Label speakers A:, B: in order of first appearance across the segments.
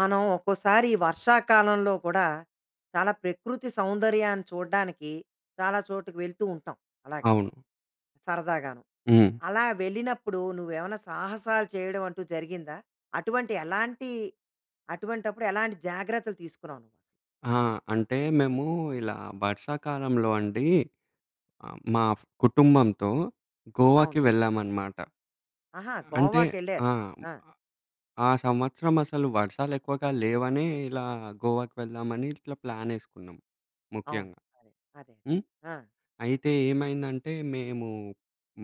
A: మనం ఒక్కోసారి ఈ వర్షాకాలంలో కూడా చాలా ప్రకృతి సౌందర్యాన్ని చూడడానికి చాలా చోటుకు వెళ్తూ ఉంటాం, అలాగా
B: అవును.
A: సరదాగాను.
B: హ్మ్.
A: అలా వెళ్ళినప్పుడు నువ్వేమైనా సాహసాలు చేయడం అంటూ జరిగిందా? అటువంటి ఎలాంటి, అటువంటప్పుడు ఎలాంటి జాగ్రత్తలు తీసుకున్నావు నువ్వు అసలు?
B: ఆ! అంటే మేము ఇలా వర్షాకాలంలో అండి, మా కుటుంబంతో
A: అవును.
B: గోవాకి వెళ్ళామన్నమాట.
A: ఆహా,
B: అంటే
A: గోవాకి
B: ఆ!
A: వెళ్ళారు. ఆ,
B: ఆ సంవత్సరం అసలు వర్షాలెక్కువగా లేవనే ఇలా గోవాకి వెళ్దామని ఇట్లా ప్లానేసుకున్నాం
A: అవును.
B: ముఖ్యంగా.
A: అదే అదే అదే
B: హ్మ్.
A: ఆ,
B: అయితే ఏమైందంటే మేము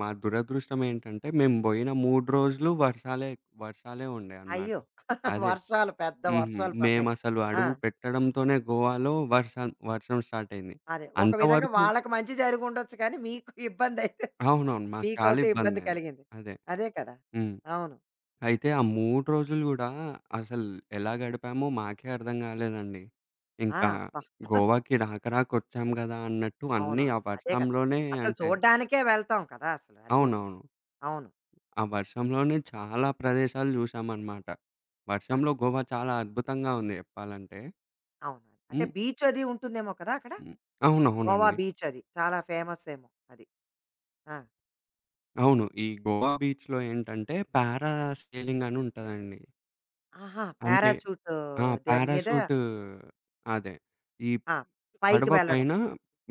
B: మా దురదృష్టం ఏంటంటే మేము బోయిన 3 రోజులు వర్షాలే వర్షాలే ఉండే అన్నమాట.
A: అయ్యో
B: అదే.
A: వర్షాలు, పెద్ద
B: హుహు.
A: వర్షాలు పడ్డాయి.
B: మేమసలు
A: ఆ,
B: అడుగు పెట్టడంతోనే గోవాలో వర్షం వర్షం స్టార్ట్ అయింది.
A: అదే ఒక విధంగా
B: అంతవరకు
A: వాళ్ళకి మంచి జరిగి ఉండొచ్చు, కానీ మీకు ఇబ్బంది అయితే
B: అవునవును. మాకు చాలా
A: మీకైతే ఇబ్బంది
B: ఇబ్బందయింది.
A: కలిగింది.
B: అదే.
A: అదే కదా!
B: హ్మ్.
A: అవును.
B: అయితే ఆ 3 రోజులు గూడా అసలు ఎలా గడిపామో మాకే అర్థం కాలేదండి.
A: ఆ!
B: ఇంకా
A: అబ్బా!
B: గోవాకి రాకొచ్చాం గదా! అన్నట్టు అన్నీ
A: అవునవును.
B: ఆ
A: అదే కదా!
B: వర్షంలోనే
A: అసలు
B: అంటే
A: చూడ్డానికే వెళ్తాం కదా! అసలు అన్నీను.
B: అవునవును.
A: అవును.
B: ఆ వర్షంలోనే చాలా ప్రదేశాలు చూసామన్నమాట.
A: ఆ!
B: వర్షంలో గోవా చాలా అద్భుతంగా ఉంది చెప్పాలంటే.
A: అవును. అంటే
B: హ్మ్.
A: బీచ్ అది ఉంటుందేమో కదా అక్కడ?
B: హ్మ్.
A: గోవా
B: అవునవునండి.
A: బీచ్ అది. చాలా ఫేమస్ ఏమో అది. ఆ!
B: అవును. ఈ గోవా బీచ్‌లో ఏంటంటే సెయిలింగ్ అని ఉంటదండి.
A: ఆహా!
B: అంటే
A: పారాచూట్
B: ఆ!
A: దాని మీద.
B: పారాషూటు అదే. ఈ
A: ఆ! పైకి
B: పడవ
A: వెళ్ళడం.
B: పైన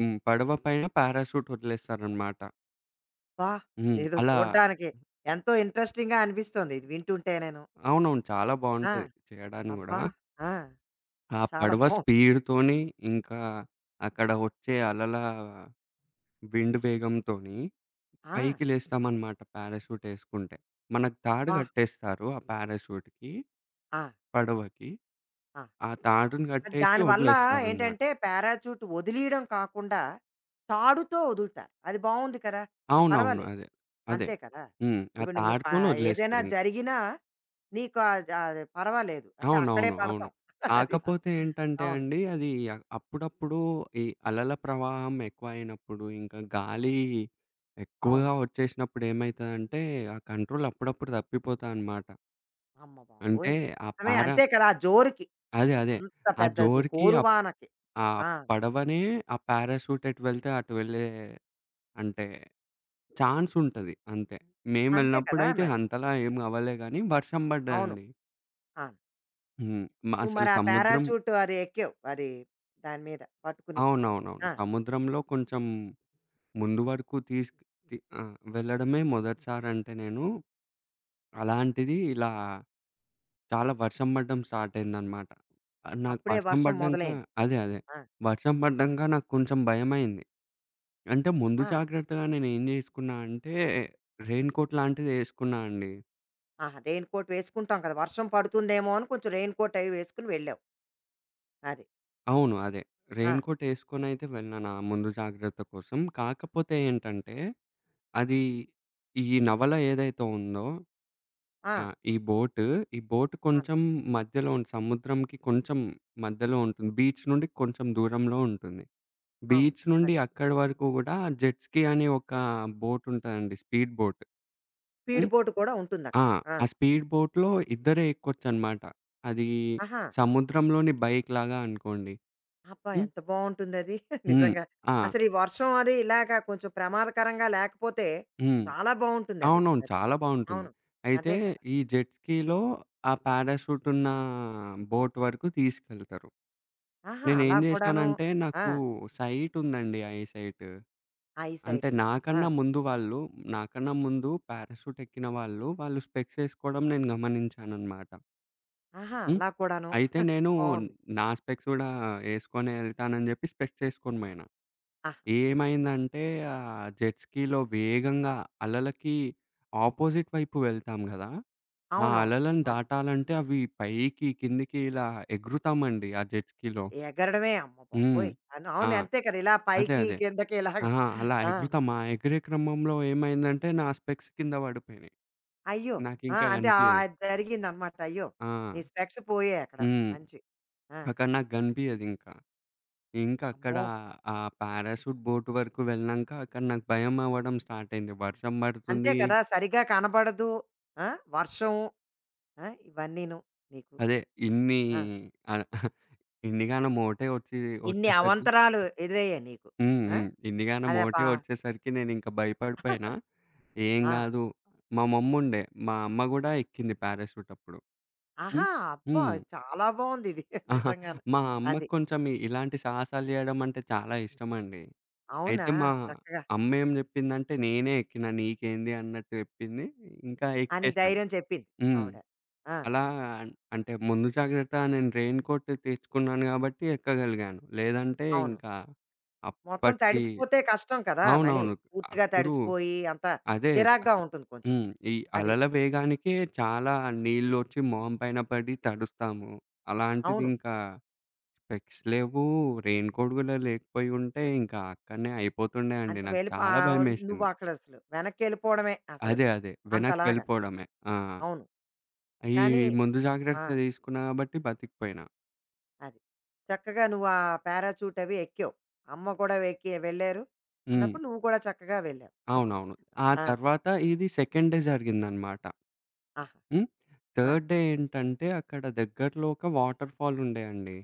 B: హ్మ్. పడవ పైన పారాషూట్ వదిలేస్తారనమాట.
A: అబ్బా!
B: హ్మ్.
A: ఇదేదో
B: అలా
A: చూడ్డానికి ఎంతో ఇంట్రెస్టింగ్‌గా అనిపిస్తోంది ఇది వింటుంటేనేను.
B: అవునవును. చాలా
A: ఆ!
B: బావుంటది చేయడానికి గూడా.
A: అబ్బా! ఆ!
B: ఆ
A: చాలా
B: పడవ
A: బావుంది.
B: స్పీడ్‌తోని, ఇంకా అక్కడ వచ్చే అలల విండ్ వేగంతోని
A: ఆ!
B: పైకి లేస్తామనమాట పారాషూట్ ఏసుకుంటే. మనకు తాడు
A: ఆ!
B: కట్టేస్తారు ఆ పారాషూట్‌కి,
A: ఆ!
B: పడవకి.
A: ఆ!
B: ఆ తాడుని
A: అది
B: కట్టేసి
A: దానివల్ల
B: వదిలేస్తారనమాట.
A: ఏంటంటే పారాచూట్ వదిలీయడం కాకుండా తాడుతో వదులుతారు. అది బావుంది కదా!
B: అవునవును.
A: పర్వాలేదు.
B: అదే. అదే.
A: అంతే కదా!
B: హ్మ్. ఆ
A: ఇప్పుడు నువ్వు పా,
B: తాడుతోని
A: ఏదైనా
B: వదిలేస్తారింక.
A: జరిగినా నీకు ఆద్ అది పర్వాలేదు. అంటే అక్కడే
B: అవునవును. అవును.
A: పడతాం. అది.
B: కాకపోతే ఏంటంటే
A: అవును.
B: అండి, అది అ అప్పుడప్పుడు ఈ అలల ప్రవాహం ఎక్కువయినప్పుడు, ఇంకా గాలి
A: అవును.
B: ఎక్కువగా వచ్చేసినప్పుడు ఏమైతదంటే, ఆ కంట్రోల్ అప్పుడప్పుడు తప్పిపోతా అనమాట.
A: అమ్మ
B: అంటే
A: బాబోయ్!
B: ఆ
A: నిజమే
B: పారా
A: అంతే కదా! ఆ జోరుకి.
B: అదే. అదే.
A: అంత
B: ఆ
A: పెద్ద
B: జోరుకి అప్
A: జోరువానకి.
B: ఆ
A: ఆ!
B: పడవనే ఆ పారాషూట్ ఎటు వెళ్తే అటు వెళ్ళే అంటే ఛాన్సుంటది అంతే. మేము
A: అంతే కదా
B: వెళ్ళినప్పుడైతే
A: మరి.
B: అంతలా ఏం అవ్వలే గానీ, వర్షం
A: అవును.
B: పడ్డదండి.
A: ఆ!
B: హ్మ్.
A: నువ్వు
B: అసలు
A: మరి ఆ
B: సముద్రం
A: పారాచూట్ అది ఎక్కావు. అది దాని మీద పట్టుకుని.
B: అవునవునవును.
A: ఆ!
B: సముద్రంలో కొంచెం ముందు వరకు తీస్ తి ఆ! వెళ్ళడమే మొదటిసారంటే నేను, అలాంటిది ఇలా చాలా వర్షం పడడం స్టార్ట్ అయిందనమాట. నాకు
A: అప్పుడే
B: వర్షం
A: వర్షం
B: పడ్డంక
A: మొదలైంది.
B: అదే. అదే.
A: ఆ!
B: వర్షం పడ్డంక నాకు కొంచెం భయమైంది. అంటే ముందు
A: ఆ!
B: జాగ్రత్తగా నేనేం జేసుకున్నా అంటే, రెయిన్ కోట్ లాంటిది యేసుకున్నా అండి.
A: ఆహా! రెయిన్ కోట్ వేసుకుంటాం కదా! వర్షం పడుతుందేమో అని కొంచెం రెయిన్ కోట్ అవి వేసుకొని వెళ్ళావు. అది.
B: అవును. అదే.
A: ఆ!
B: రెయిన్‌కోటేసుకొనైతే వెళ్ళను ఆ ముందు జాగ్రత్త కోసం. కాకపోతే ఏంటంటే, అది ఈ నవల ఏదైతే ఉందో
A: ఆ!
B: ఆ! ఈ బోట్, ఈ బోట్
A: అవును.
B: కొంచెం మధ్యలో ఉం సముద్రంకి కొంచెం మధ్యలో ఉంటుంది. బీచ్ నుండి కొంచెం దూరంలో ఉంటుంది.
A: అవును.
B: బీచ్ నుండి
A: అదే.
B: అక్కడి వరకు గూడా జెట్ స్కీ అని ఒక బోట్ ఉంటదండి. Speed boat.
A: Speed
B: hmm.
A: Boat కూడా
B: ఆ!
A: ఉంటుందక్కడ. ఆ!
B: ఆ స్పీడ్ బోట్‌లో ఇద్దరే ఎక్కొచ్చనమాట. అది
A: ఆహా!
B: సముద్రంలోని బైక్ లాగా అనుకోండి.
A: అబ్బా!
B: హ్మ్.
A: ఎంత బావుంటుందది.
B: హ్మ్.
A: నిజంగా.
B: ఆ!
A: అసలు ఈ వర్షం అది ఇలాగ కొంచెం ప్రమాదకరంగా లేకపోతే
B: హ్మ్.
A: చాలా బావుంటుందది.
B: అవునవును.
A: అది. అది
B: చాలా బావుంటుంది.
A: అవును.
B: అయితే
A: అదే కదా!
B: ఈ జెట్ స్కీలో ఆ పారాషూట్ ఉన్న బోట్ వరకు తీసుకెళ్తారు.
A: ఆహా! అలా
B: నేనేం
A: కూడాను.
B: జేశానంటే
A: ఆ!
B: నాకు సైట్ ఉందండి. Eye sight.
A: ఐ
B: అంటే
A: సైట్ ఉంది. ఆ!
B: నాకన్నా ముందు వాళ్ళు నాకన్నా ముందు పారాషూట్ ఎక్కిన వాళ్ళు, వాళ్ళు స్పెక్స్ ఏసుకోవడం నేను గమనించాననమాట.
A: ఆహా!
B: హ్మ్.
A: అలా కూడాను.
B: అయితే నేను
A: బావుంది.
B: నా స్పెక్స్ గూడా ఏసుకొనే ఎళ్తానని జెప్పి స్పెక్స్ ఏసుకొని బోయినా.
A: ఆహా!
B: ఏమైందంటే ఆ జెట్ స్కీలో వేగంగా అలలకి ఆపోజిట్ వైపు వెళ్తాం గదా! ఆ
A: అవునవును.
B: అలలను దాటాలంటే అవి పైకి, కిందకి ఇలా ఎగురుతామండి ఆ జెట్ స్కీలో.
A: ఎగరడమే అమ్మ
B: హ్మ్.
A: బాబోయ్! అన్
B: ఆ!
A: అవును. అంతే కదా! ఇలా
B: అదే.
A: పైకి,
B: అదే.
A: కిందకి ఇలాగ.
B: ఆ! అలా
A: ఆ!
B: ఎగురుతాం. ఆ ఎగిరే క్రమంలో ఏమైందంటే నా స్పెక్స్ కింద పడిపోయినాయి.
A: అయ్యో! ఆ!
B: నాకింకా
A: అంటే ఆహ్,
B: కనిపియదు.
A: అది జరిగిందనమాట. అయ్యో!
B: ఆ!
A: నీ స్పెక్స్ పోయాయి అక్కడ.
B: హ్మ్.
A: మంచి ఆ!
B: అక్కడ నాకు కనిపియదింకా. ఇంకా అక్కడ
A: అమ్మో!
B: ఆ పారాషూట్ బోట్ వరకు వెళ్ళినంక అక్కడ నాకు భయమవ్వడం స్టార్ట్ అయింది. వర్షం
A: అంతే
B: పడుతుంది.
A: కదా! సరిగ్గా కనబడదు. ఆ! వర్షం ఆ! ఇవన్నీను నీకు.
B: అదే ఇన్ని
A: ఆ!
B: ఆహ్, ఇన్నిగానం ఒకటే
A: ఇన్ని
B: వచ్చేసరికి
A: అవంతరాలు ఎదురయ్యాయి నీకు.
B: హ్మ్.
A: ఆ!
B: హ్మ్. ఇన్నిగానం
A: అదే పా
B: మోటివ్ వచ్చేసరికి నేనింక భయపడిపోయినా. ఏం
A: ఆ!
B: గాదు మా మమ్ముండే. మా అమ్మ గూడా ఎక్కింది పారాషూట్ అప్పుడు.
A: ఆహా!
B: హ్మ్.
A: అబ్బా!
B: హ్మ్.
A: చాలా బావుందిది.
B: అహా!
A: నిజంగాను.
B: మా అమ్మకి
A: అది.
B: కొంచెం ఇలాంటి సాహసాలు జేయడం అంటే చాలా ఇష్టమండి.
A: అవునా!
B: అయితే మా
A: చక్కగా
B: అమ్మేం జెప్పిందంటే, "నేనే ఎక్కినా నీకేంది" అన్నట్టు జెప్పింది. ఇంకా
A: అని
B: ఎక్కేసాను.
A: ధైర్యం చెప్పింది
B: హ్మ్.
A: ఆవిడ. ఆ!
B: అలా అంటే ముందు జాగ్రత్త నేను రెయిన్ కోట్ తెచ్చుకున్నాను గాబట్టి ఎక్కగలిగాను. లేదంటే
A: అవును.
B: ఇంకా
A: మొత్తం
B: అప్పటికి
A: తడిసిపోతే కష్టం కదా మళ్ళీ.
B: అవునవును.
A: పూర్తిగా
B: అప్పుడు
A: తడిసిపోయి అంత
B: అదే.
A: చిరాగ్గా
B: అసలు
A: ఉంటుంది కొంచెం.
B: హ్మ్. ఈ
A: అది.
B: అలల వేగానికే చాలా నీళ్ళొచ్చి మొహం పైన పడి తడుస్తాము.
A: అవును.
B: అలాంటిదింకా స్పెక్స్ లేవు, రెయిన్‌కోట్ గూడా లేకపోయి ఉంటే ఇంకా అక్కడనే అయిపోతుండే అండి.
A: అంటే
B: నాకు
A: వెళ్ళిపో
B: చాలా
A: ఆహ్, నువ్వు
B: భయమేసింది.
A: అక్కడ అసలు వెనక్కెళ్ళిపోవడమే అసలు.
B: అదే. అదే. వెనక్కి
A: అంతలాగా.
B: వెళ్ళిపోవడమే. ఆ!
A: అవును.
B: ఈ
A: కానీ
B: ముందు
A: ఆ!
B: జాగ్రత్త తీసుకున్నా కాబట్టి బతికిపోయినా.
A: అది. చక్కగా నువ్వు ఆ పారాచూట్ అవి ఎక్కావు. అమ్మ కూడా ఎక్కి వెళ్లారు
B: హ్మ్.
A: అన్నప్పుడు నువ్వు కూడా చక్కగా వెళ్ళావు.
B: అవునవును. ఆ
A: ఆ!
B: తర్వాత ఇది సెకండ్ డే జరిగిందనమాట.
A: ఆహా!
B: హ్మ్.
A: ఆ!
B: థర్డ్ డే ఏంటంటే అక్కడ దగ్గరలో ఒక వాటర్ ఫాల్ ఉండే అండి.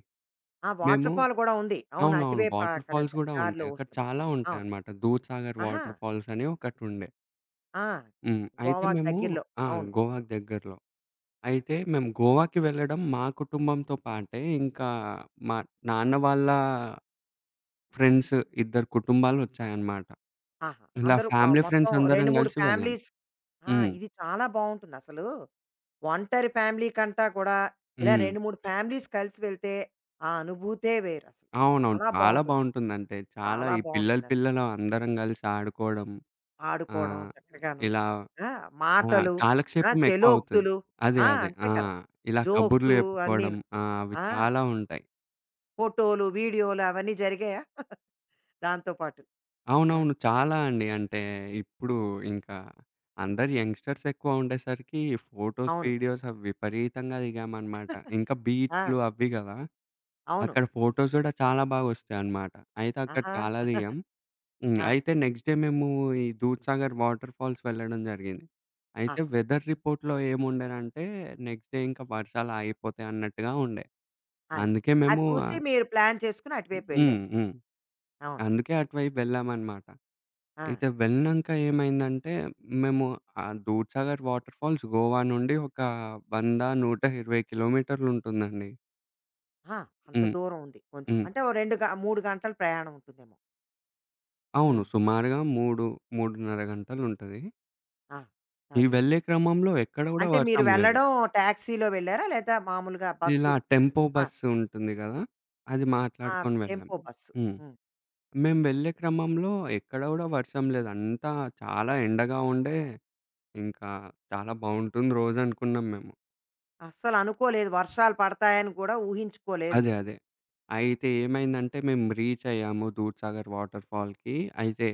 A: ఆ!
B: మేము
A: వాటర్ ఫాల్ కూడా ఉంది. అవును.
B: అవునవును.
A: అటువైపు
B: వాటర్
A: అక్కడ
B: ఫాల్స్
A: ద-
B: గూడా
A: దారిలో
B: ఉంటాయి. అక్కడ
A: వస్తుంది.
B: చాలా
A: అవును.
B: ఉంటాయన్నమాట. 'దూద్‌సాగర్
A: ఆహా!
B: వాటర్ ఫాల్స్' అని ఒకటుండే.
A: ఆ!
B: హ్మ్. అయితే
A: గోవాకు
B: మేము
A: దగ్గరలో.
B: ఆ!
A: అవును.
B: గోవాకి దగ్గరలో. అయితే మేము గోవాకి వెళ్ళడం మా కుటుంబంతో పాటే ఇంకా మా నాన్న వాళ్ళ ఫ్రెండ్స్ ఇద్దరు కుటుంబాలొచ్చాయన్నమాట.
A: ఆహా!
B: ఇలా
A: అందరూ ఆహ్,
B: ఫ్యామిలీ
A: మొత్తం
B: ఫ్రెండ్స్ అందరం
A: 2, 3
B: కలిసి వెళ్ళాం.
A: ఫ్యామిలీస్. ఆ!
B: హ్మ్.
A: ఇది చాలా బావుంటుంది అసలు. ఒంటరి ఫ్యామిలీ కంటా కూడా ఇలా
B: హ్మ్.
A: 2, 3 ఫ్యామిలీస్ కలిసి వెళ్తే ఆ అనుభూతే వేరసలు.
B: అవునవును.
A: చాలా
B: చాలా
A: బావుంటుంది.
B: బావుంటుందంటే చాలా
A: చాలా
B: ఈ పిల్లలు,
A: బావుంటుందసలు.
B: పిల్లలు అందరం కలిసి ఆడుకోవడం.
A: ఆడుకోవడం
B: ఆహ్,
A: చక్కగాను.
B: ఇలా
A: ఆ!
B: ఆ!
A: మాటలు, ఆ!
B: కాలక్షేపం ఎక్కువ అవుతది.
A: చెలోక్తులు.
B: అదే.
A: ఆ!
B: అదే.
A: అంతే
B: ఆ!
A: కదా!
B: ఇలా కబుర్లు
A: జోక్సు
B: చెప్పుకోవడం
A: అన్నీను.
B: అవి
A: ఆ!
B: చాలా ఉంటాయి.
A: ఫోటోలు, వీడియోలు అవన్నీ జరిగాయా? దాంతో పాటు. ఆ!
B: అవునవును. చాలా అండి. అంటే ఇప్పుడు ఇంకా అందరు యంగ్‌స్టర్స్ ఎక్కువ ఉండేసరికి ఫోటోస్,
A: అవును.
B: వీడియోస్ అవి విపరీతంగా దిగామనమాట. ఇంకా
A: ఆ!
B: బీచ్‌లు అవి గదా!
A: అవును.
B: అక్కడ ఫోటోస్ గూడా చాలా బాగొస్తాయన్నమాట. అయితే అక్కడ
A: ఆహా!
B: చాలా దిగాం. హ్మ్.
A: ఆ!
B: అయితే నెక్స్ట్ డే మేము ఈ దూద్‌సాగర్ వాటర్ ఫాల్స్ వెళ్ళడం జరిగింది. అయితే
A: ఆహా!
B: వెదర్ రిపోర్ట్‌లో ఏముండెనంటే నెక్స్ట్ డే ఇంకా వర్షాలు ఆగిపోతాయి అన్నట్టుగా ఉండే.
A: అది.
B: అందుకే
A: అది
B: మేము
A: చూసి మీరు ప్లాన్ చేసుకొని అటువైపు
B: హ్మ్.
A: వెళ్ళారు.
B: హ్మ్.
A: అవును.
B: అందుకే అటువైపు వెళ్ళామనమాట.
A: ఆ!
B: అయితే వెళ్ళినంక ఏమైందంటే, మేము ఆ దూద్‌సాగర్ వాటర్ ఫాల్స్ గోవా నుండి ఒక 100, 120 కిలోమీటర్లుంటుందండి.
A: ఆ! అంత
B: హ్మ్.
A: దూరం ఉంది కొంచెం.
B: హ్మ్.
A: అంటే ఓ 2 గ 3 గంటలు ప్రయాణం ఉంటుందేమో.
B: అవును.
A: హ్మ్.
B: సుమారుగా 3, 3:30 గంటలుంటది.
A: ఆ!
B: ఈ
A: అది.
B: వెళ్ళే క్రమంలో ఎక్కడ గూడా
A: అంటే మీరు
B: వర్షం లేదు.
A: వెళ్ళడం టాక్సీలో వెళ్లారా? లేదా మామూలుగా
B: ఇలా
A: బస్సు?
B: టెంపో
A: ఆ!
B: బస్సు ఉంటుంది గదా! అది
A: ఆ!
B: మాట్లాడుకొని వెళ్ళాం.
A: Tempo bus.
B: హ్మ్.
A: హ్మ్.
B: మేము వెళ్ళే క్రమంలో ఎక్కడ గూడా వర్షం లేదు. అంతా చాలా ఎండగా ఉండే ఇంకా చాలా బావుంటుంది రోజనుకున్నాం మేము.
A: అస్సలు అనుకోలేదు, వర్షాలు పడతాయని కూడా ఊహించుకోలేదు
B: అదే.
A: మీరు.
B: అదే. అయితే ఏమైందంటే మేము రీచ్ అయ్యాము దూద్‌సాగర్ వాటర్ ఫాల్‌కి. అయితే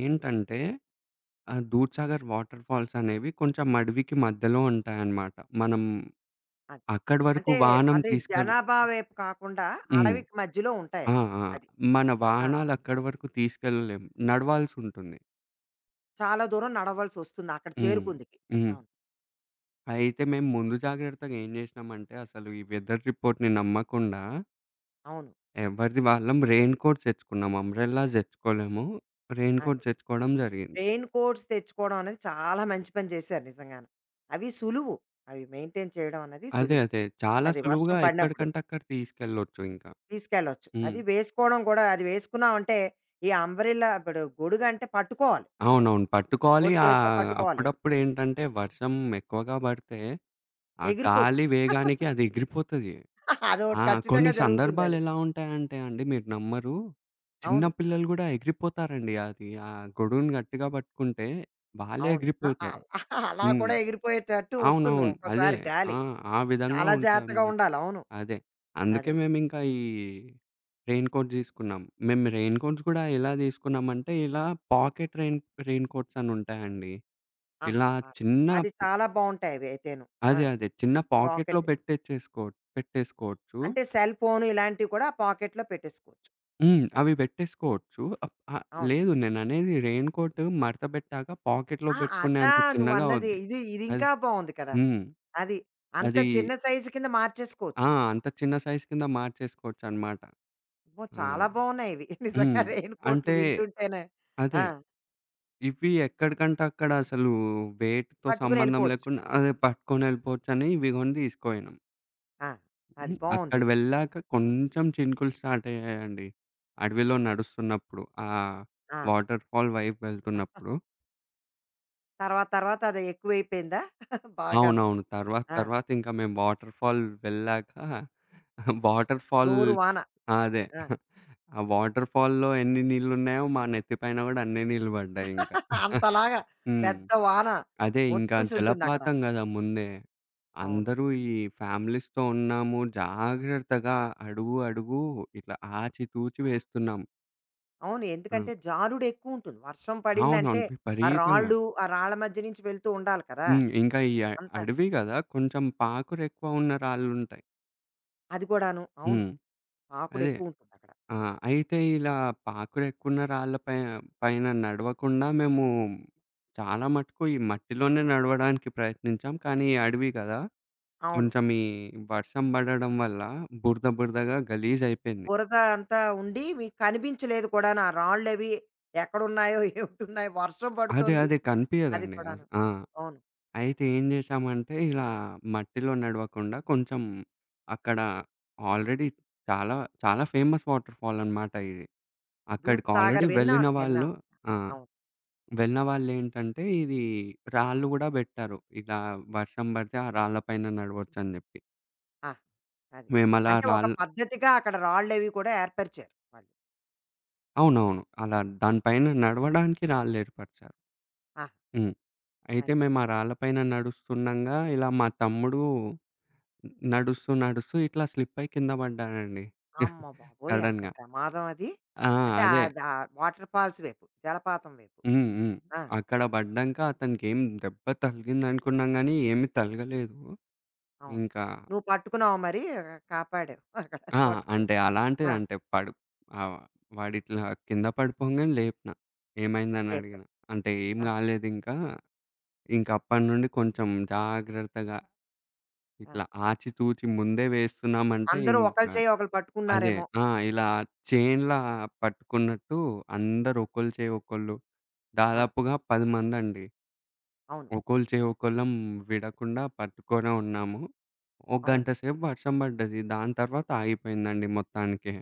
B: ఏంటంటే దూద్‌సాగర్ వాటర్ ఫాల్స్ అనేవి కొంచెం అడవికి మధ్యలో ఉంటాయన్నమాట. మనం
A: అది.
B: అక్కడి వరకు
A: అంటే
B: వాహనం
A: అంటే
B: తీసుకెళ్
A: జనాభా వైపు కాకుండా
B: హ్మ్.
A: అడవికి మధ్యలో
B: ఆ!
A: ఉంటాయవి.
B: ఆ!
A: అది.
B: మన
A: ఆ!
B: వాహనాలు అక్కడి వరకు తీసుకెళ్ళలేం. నడవాల్సుంటుంది.
A: చాలా దూరం నడవాల్సొస్తుంది అక్కడ
B: హ్మ్.
A: చేరుకుందుకి.
B: హ్మ్.
A: అవును.
B: అయితే మేము ముందు జాగ్రత్తగా ఏం జేసినామంటే అసలు ఈ వెదర్ రిపోర్ట్‌ని నమ్మకుండా
A: అవును.
B: ఎవరిది వాళ్ళం రెయిన్ కోట్స్ తెచ్చుకున్నాం. అంబ్రెల్లాస్ తెచ్చుకోలేము. రెయిన్
A: అది.
B: కోట్స్ తెచ్చుకోవడం జరిగింది.
A: రెయిన్ కోట్స్ తెచ్చుకోవడం అనేది చాలా మంచి పని చేశారు నిజంగాను. అవి సులువు. అవి మెయింటైన్ చేయడం అన్నది
B: అదే.
A: సులువు.
B: అదే. చాలా
A: అది వర్షం
B: సులువుగా
A: పడినప్పుడు
B: ఎక్కడికంటే అక్కడ తీసుకెళ్ళొచ్చు ఇంకా.
A: తీసుకెళ్ళొచ్చు.
B: హ్మ్.
A: అది వేసుకోవడం కూడా అది వేసుకున్నామంటే ఈ అంబ్రెల్లా ఇప్పుడు గొడుగంటే పట్టుకోవాలి. అది.
B: అవునవును.
A: ఓ
B: పట్టుకోవాలి.
A: చేత్తో
B: ఆహ్,
A: పట్టుకోవాలి అది.
B: అప్పుడప్పుడేంటంటే వర్షం ఎక్కువగా పడితే, ఆ
A: ఎగిరిపోతుంది.
B: గాలి వేగానికి అది ఎగిరిపోతది.
A: అదోకటి
B: ఆ! కొన్ని
A: ఖచ్చితంగా జరుగుతుందది.
B: సందర్భాలెలా ఉంటాయంటే అండి మీరు నమ్మరు. చిన్న
A: అవును.
B: పిల్లలు గూడా ఎగిరిపోతారండి. అది ఆ గొడుగుని గట్టిగా పట్టుకుంటే వాళ్ళే
A: అవును. అ
B: ఎగిరిపోతారు.
A: అల్ అలా
B: హ్మ్.
A: కూడా ఎగిరిపోయేటట్టు వస్తుంది
B: అవునవును. అదే.
A: ఒక్కోసారి
B: ఆ!
A: గాలి.
B: ఆ విధంగా
A: చాలా జాగ్రత్తగా
B: ఉంటదనమాట.
A: ఉండాలి. అవును.
B: అదే. అందుకే
A: అదే.
B: మేమింకా ఈ రెయిన్ కోట్ తీసుకున్నాం. మేము రెయిన్ కోట్స్ గూడా ఎలా తీసుకున్నామంటే, ఇలా పాకెట్ రెయిన్ రెయిన్ కోట్స్ అనుంటాయండి.
A: ఆహా!
B: ఇలా
A: ఆ!
B: చిన్న
A: అది చాలా బావుంటాయి అవి అయితేను. ఆ!
B: అదే. అదే. చిన్న పాకెట్‌లో
A: రాకెట్.
B: పెట్టేసుకోవచ్చు.
A: అంటే సెల్ ఫోను ఇలాంటివి కూడా పాకెట్‌లో పెట్టేసుకోవచ్చు.
B: హ్మ్.
A: అది.
B: అవి పెట్టేసుకోవచ్చు.
A: అవును.
B: లేదు నేననేది రెయిన్ కోట్ మడత బెట్టాక పాకెట్‌లో
A: ఆ!
B: బెట్టుకునే
A: అదా
B: అంత చిన్నగా
A: నువ్వన్నది.
B: అవుద్ది.
A: ఇది
B: అది
A: ఇదింకా బావుంది కదా!
B: హ్మ్.
A: అది. అంత
B: అది
A: చిన్న సైజు కింద మార్చేసుకోవచ్చు.
B: ఆ! అంత చిన్న సైజ్ కింద మార్చేసుకోవచ్చనమాట.
A: అబ్బో!
B: ఆ!
A: చాలా బావున్నాయి ఇవి. నిజంగా
B: హ్మ్.
A: రెయిన్ కోట్లు
B: అంటే
A: వింటుంటేనే
B: అదే.
A: ఆ!
B: ఇవి ఎక్కడికంటే అక్కడ అసలు వెయిట్‌తో
A: పట్టుకుని
B: సంబంధం
A: ఎళ్ళిపోవచ్చు.
B: లేకుండా అదే పట్టుకొనెళ్ళిపోవచ్చని ఇవి కొని తీసుకుపోయినాం.
A: ఆ! అది
B: హ్మ్. అక్కడ
A: బావుంది.
B: వెళ్ళాక కొంచెం చినుకులు స్టార్ట్ అయ్యాయండి. అడవిలో నడుస్తున్నప్పుడు. ఆ
A: ఆ!
B: వాటర్ ఫాల్ వైపు వెళ్తున్నప్పుడు.
A: తర్వాత తర్వాత అది ఎక్కువైపోయిందా? బాగాను.
B: అవునవును. తర్వాత
A: ఆ!
B: తర్వాత ఇంకా మేము వాటర్ ఫాల్ వెళ్ళాక వాటర్ ఫాల్
A: జోరు వాన.
B: అదే.
A: ఆ!
B: ఆ వాటర్ ఫాల్‌లో ఎన్ని నీళ్లున్నాయో మా నెత్తి పైన కూడా అన్ని నీళ్లు పడ్డాయి ఇంకా.
A: అంతలాగా
B: హ్మ్.
A: పెద్ద వాన
B: అదే ఇంకా
A: మొత్తేసి ఉంటుందక్కడ.
B: జలపాతం గదా! ముందే.
A: అవును.
B: అందరూ ఈ ఫ్యామిలీస్‌తో ఉన్నాము. జాగ్రత్తగా అడుగు ఇట్లా ఆచితూచి వేస్తున్నాం.
A: అవును.
B: హ్మ్.
A: ఎందుకంటే జారుడు ఎక్కువుంటుంది. వర్షం పడిందంటే
B: అవునవును.
A: ఆ
B: విపరీతంగా.
A: రాళ్ళు, ఆ రాళ్ళ మధ్య నుంచి వెళ్తూ ఉండాలి కదా!
B: హ్మ్. ఇంకా ఈ అ
A: అంతా.
B: అడవి గదా! కొంచెం పాకురెక్కువ ఉన్న రాళ్ళుంటాయి.
A: అది కూడాను. అవును.
B: హ్మ్.
A: పాకుడు
B: అదే.
A: ఎక్కువుంటుందక్కడ.
B: ఆ! అయితే ఇలా పాకురెక్కువున్న రాళ్ళ పై పైన నడవకుండా మేము చాలా మటుకు ఈ మట్టిలోనే నడవడానికి ప్రయత్నించాం. కానీ ఈ అడవి గదా!
A: అవును.
B: కొంచెం ఈ వర్షం పడడం వల్ల బురదగా గలీజయిపోయింది.
A: బురద అంతా ఉండి మీకు కనిపించలేదు కూడాను. ఆ రాళ్ళవి ఎక్కడున్నాయో, ఏమిటున్నాయో వర్షం
B: అదే
A: పడుతోంది.
B: అదే
A: అది
B: కనిపియదండి.
A: కూడాను.
B: ఆ!
A: అవును.
B: అయితే ఏం జేశామంటే ఇలా మట్టిలో నడవకుండా కొంచెం అక్కడ ఆల్రెడీ చాలా చాలా ఫేమస్ వాటర్ ఫాల్ అనమాట ఇది.
A: 'దూద్
B: అక్కడికి ఆల్రెడీ
A: సాగర్'
B: వెళ్ళిన
A: విన్నాను.
B: వాళ్ళు
A: విన్నాను.
B: ఆ!
A: అవును.
B: వెళ్ళిన వాళ్ళేంటంటే ఇది రాళ్ళు గూడా బెట్టారు. ఇలా వర్షం బడితే ఆ రాళ్ళ పైన నడవొచ్చని జెప్పి.
A: ఆ! అది.
B: మేమలా
A: అంటే ఒక
B: రాళ్ళు
A: పద్ధతిగా అక్కడ రాళ్ళవి కూడా ఏర్పరిచారు వాళ్ళు.
B: అవునవును. అలా దాని పైన నడవడానికి రాళ్ళేర్పరిచారు.
A: ఆ!
B: హ్మ్. అయితే
A: అది.
B: మేము ఆ రాళ్ళ పైన నడుస్తుండంగా ఇలా మా తమ్ముడు నడుస్తూ ఇట్లా స్లిప్ అయి కింద పడ్డాడండి.
A: అమ్మ బాబోయ్! ఎంత
B: సడెన్‌గా.
A: ప్రమాదం అది.
B: ఆ!
A: అంటే
B: అదే.
A: ఆద్ ఆ వాటర్ ఫాల్స్ వైపు, జలపాతం వైపు.
B: హ్మ్. హ్మ్.
A: ఆ!
B: అక్కడ పడ్డంక అతనికేం దెబ్బ తగిలిందనుకున్నాం గానీ ఏమి తగలలేదు.
A: అవును.
B: ఇంకా
A: నువ్వు పట్టుకున్నావా మరి? ఆ, కాపాడావు అక్కడ
B: ఆ!
A: పట్టుకున్నావు.
B: అంటే అలాంటిది
A: ఆ!
B: ఆహ్, వాడిట్లా కింద పడిపోంగానే లేపిన. ఏమైందని అడిగిన.
A: లేపావు.
B: అంటే ఏం
A: ఆ!
B: కాలేదింకా. ఇంక అప్పటి నుండి కొంచెం జాగ్రత్తగా
A: ఆ!
B: ఇట్లా ఆచితూచి ముందే వేస్తున్నామంటే
A: అందరూ
B: ఇంక
A: ఒకళ్ళ చేయి ఒకళ్ళు
B: అదే.
A: పట్టుకున్నారేమో!
B: ఆ! ఇలా చైన్‌లా పట్టుకున్నట్టు అందరూ ఒకళ్ళ చేయి ఒకళ్ళు
A: ఆ!
B: దాదాపుగా 10 మందండి.
A: అవును.
B: ఒకళ్ళ చేయి ఒకళ్ళం విడకుండా పట్టుకొనే ఉన్నాము. ఒక గంట
A: అవును.
B: సేపు వర్షం పడ్డది. దాని తర్వాత ఆగిపోయిందండి మొత్తానికి.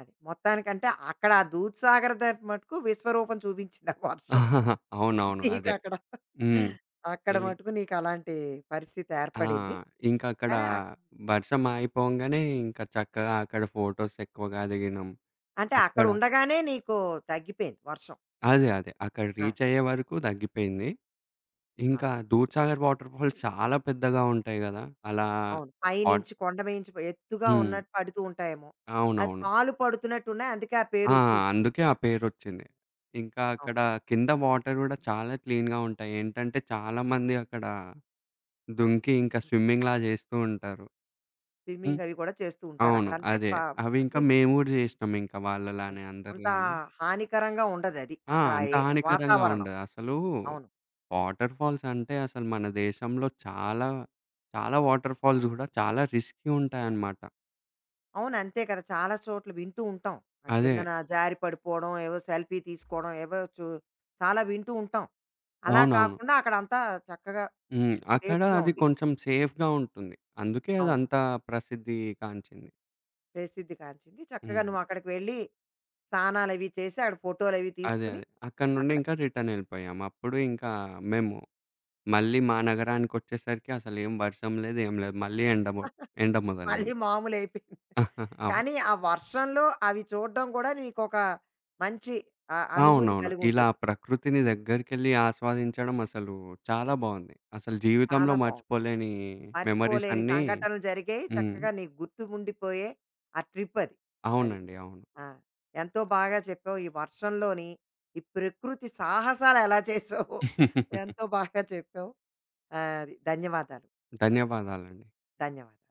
A: అది. మొత్తానికంటే అక్కడ ఆ దూద్సాగర్ దగ్గర మటుకు విశ్వరూపం చూపించింది ఆ వర్షం.
B: ఆహాహా, అవునవును. అదే.
A: నీకక్కడ.
B: హ్మ్.
A: అక్కడ అక్కడ
B: ఈ
A: మటుకు నీకలాంటి పరిస్థితి
B: ఆ!
A: ఏర్పడింది.
B: ఇంకక్కడ
A: కానీ అక్,
B: వర్షం ఆగిపోంగానే ఇంకా చక్కగా అక్కడ ఫోటోస్ ఎక్కువగా దిగినాం.
A: అంటే అక్కడ
B: అక్కడ
A: ఉండగానే నీకు తగ్గిపోయింది వర్షం.
B: అదే. అదే. అక్కడ
A: ఆ!
B: రీచ్ అయ్యే వరకు తగ్గిపోయింది.
A: ఆ!
B: ఇంకా 'దూద్సాగర్' వాటర్ ఫాల్స్ చాలా పెద్దగా ఉంటాయి గదా! అలా
A: అవును.
B: వాట్
A: పైనుంచి కొండ మీంచి ఎత్తుగా
B: హ్మ్.
A: ఉన్నట్టు పడుతూ ఉంటాయేమో! అది
B: అవునవును.
A: పాలు పడుతున్నట్టు ఉన్నాయి. అందుకే ఆ పేరు
B: ఆ!
A: వచ్చుంటుంది.
B: అందుకే ఆ పేరొచ్చింది. ఇంకా అక్కడ
A: అవును.
B: కింద వాటర్ గూడా చాలా క్లీన్‌గా ఉంటాయి. ఏంటంటే చాలా మంది అక్కడ
A: ఆ!
B: దుంకి ఇంకా స్విమ్మింగ్‌లా చేస్తూ ఉంటారు. హ్మ్.
A: స్విమ్మింగ్ అవి కూడా చేస్తూ ఉంటారు.
B: అవును.
A: అక్కడ అంటే
B: అదే.
A: ప,
B: అవి ఇంకా
A: అట్‌లీస్ట్
B: మేము గూడా చేసినాం ఇంకా వాళ్ళలానే
A: అంతే. అంత
B: అందరిలానే.
A: హానికరంగా ఉండదది.
B: ఆ!
A: అక్కడ ఆ
B: అంత
A: ఏ
B: హానికరంగా
A: వాతావరణం.
B: ఉండదు. అసలు
A: అవును.
B: వాటర్ ఫాల్స్ అంటే అసలు మన దేశంలో చాలా వాటర్ ఫాల్స్ గూడా చాలా రిస్కీ ఉంటాయన్నమాట.
A: అవును. అంతే కదా! చాలా చోట్ల వింటూ ఉంటాం. ఆ
B: అదే.
A: కిందన జారి పడిపోవడం, ఏవో సెల్ఫీ తీసుకోవడం, ఏవో చు, చాలా వింటూ ఉంటాం. అలా
B: అవునవును.
A: కాకుండా అక్కడంతా చక్కగా
B: హ్మ్. అక్కడ
A: సేఫ్‌గా
B: అది
A: ఉంది.
B: కొంచెం సేఫ్‌గా ఉంటుంది. అందుకే
A: అవును.
B: అదంతా ప్రసిద్ధి కాంచింది.
A: ప్రసిద్ధి కాంచింది. చక్కగా
B: హ్మ్.
A: నువ్వక్కడికి వెళ్ళి, స్నానాలవి చేసి, అక్కడ ఫోటోలవి
B: అదే.
A: తీసుకుని,
B: అదే. అక్కడి నుండి
A: అక్కడ
B: ఇంకా రిటర్న్ ఎళ్ళిపోయాం. అప్పుడు ఇంకా మేము మళ్ళీ మా నగరానికొచ్చేసరికి అసలేం వర్షం లేదు, ఏం లేదు. మళ్ళీ ఎండ
A: మళ్ళీ
B: మొదలైంది.
A: మామూలయిపోయింది.
B: అవును.
A: కానీ, ఆ వర్షంలో అవి చూడడం కూడా నీకొక మంచి, ఆహ్, అనుభూతి
B: అవునవును. ఇలా
A: కలిగుంటుంది.
B: ప్రకృతిని దగ్గరికెళ్ళి ఆస్వాదించడం అసలు చాలా బావుంది. అసలు జీవితంలో
A: చాలా బావుంది.
B: మర్చిపోలేని మెమోరీస్
A: మర్చిపోలేని
B: అన్నీ
A: సంఘటనలు జరిగాయి.
B: హ్మ్.
A: చక్కగా నీకు గుర్తుండిపోయే ఆ ట్రిప్పది. అది. అది
B: అవునండి. అవును.
A: ఆ! ఎంతో బాగా చెప్పావు. ఈ వర్షంలోని, ఈ ప్రకృతి సాహసాలెలా చేసావో ఎంతో బాగా చెప్పావు. ఆహ్, అది. ధన్యవాదాలు.
B: ధన్యవాదాలండి.
A: ధన్యవాదాలు.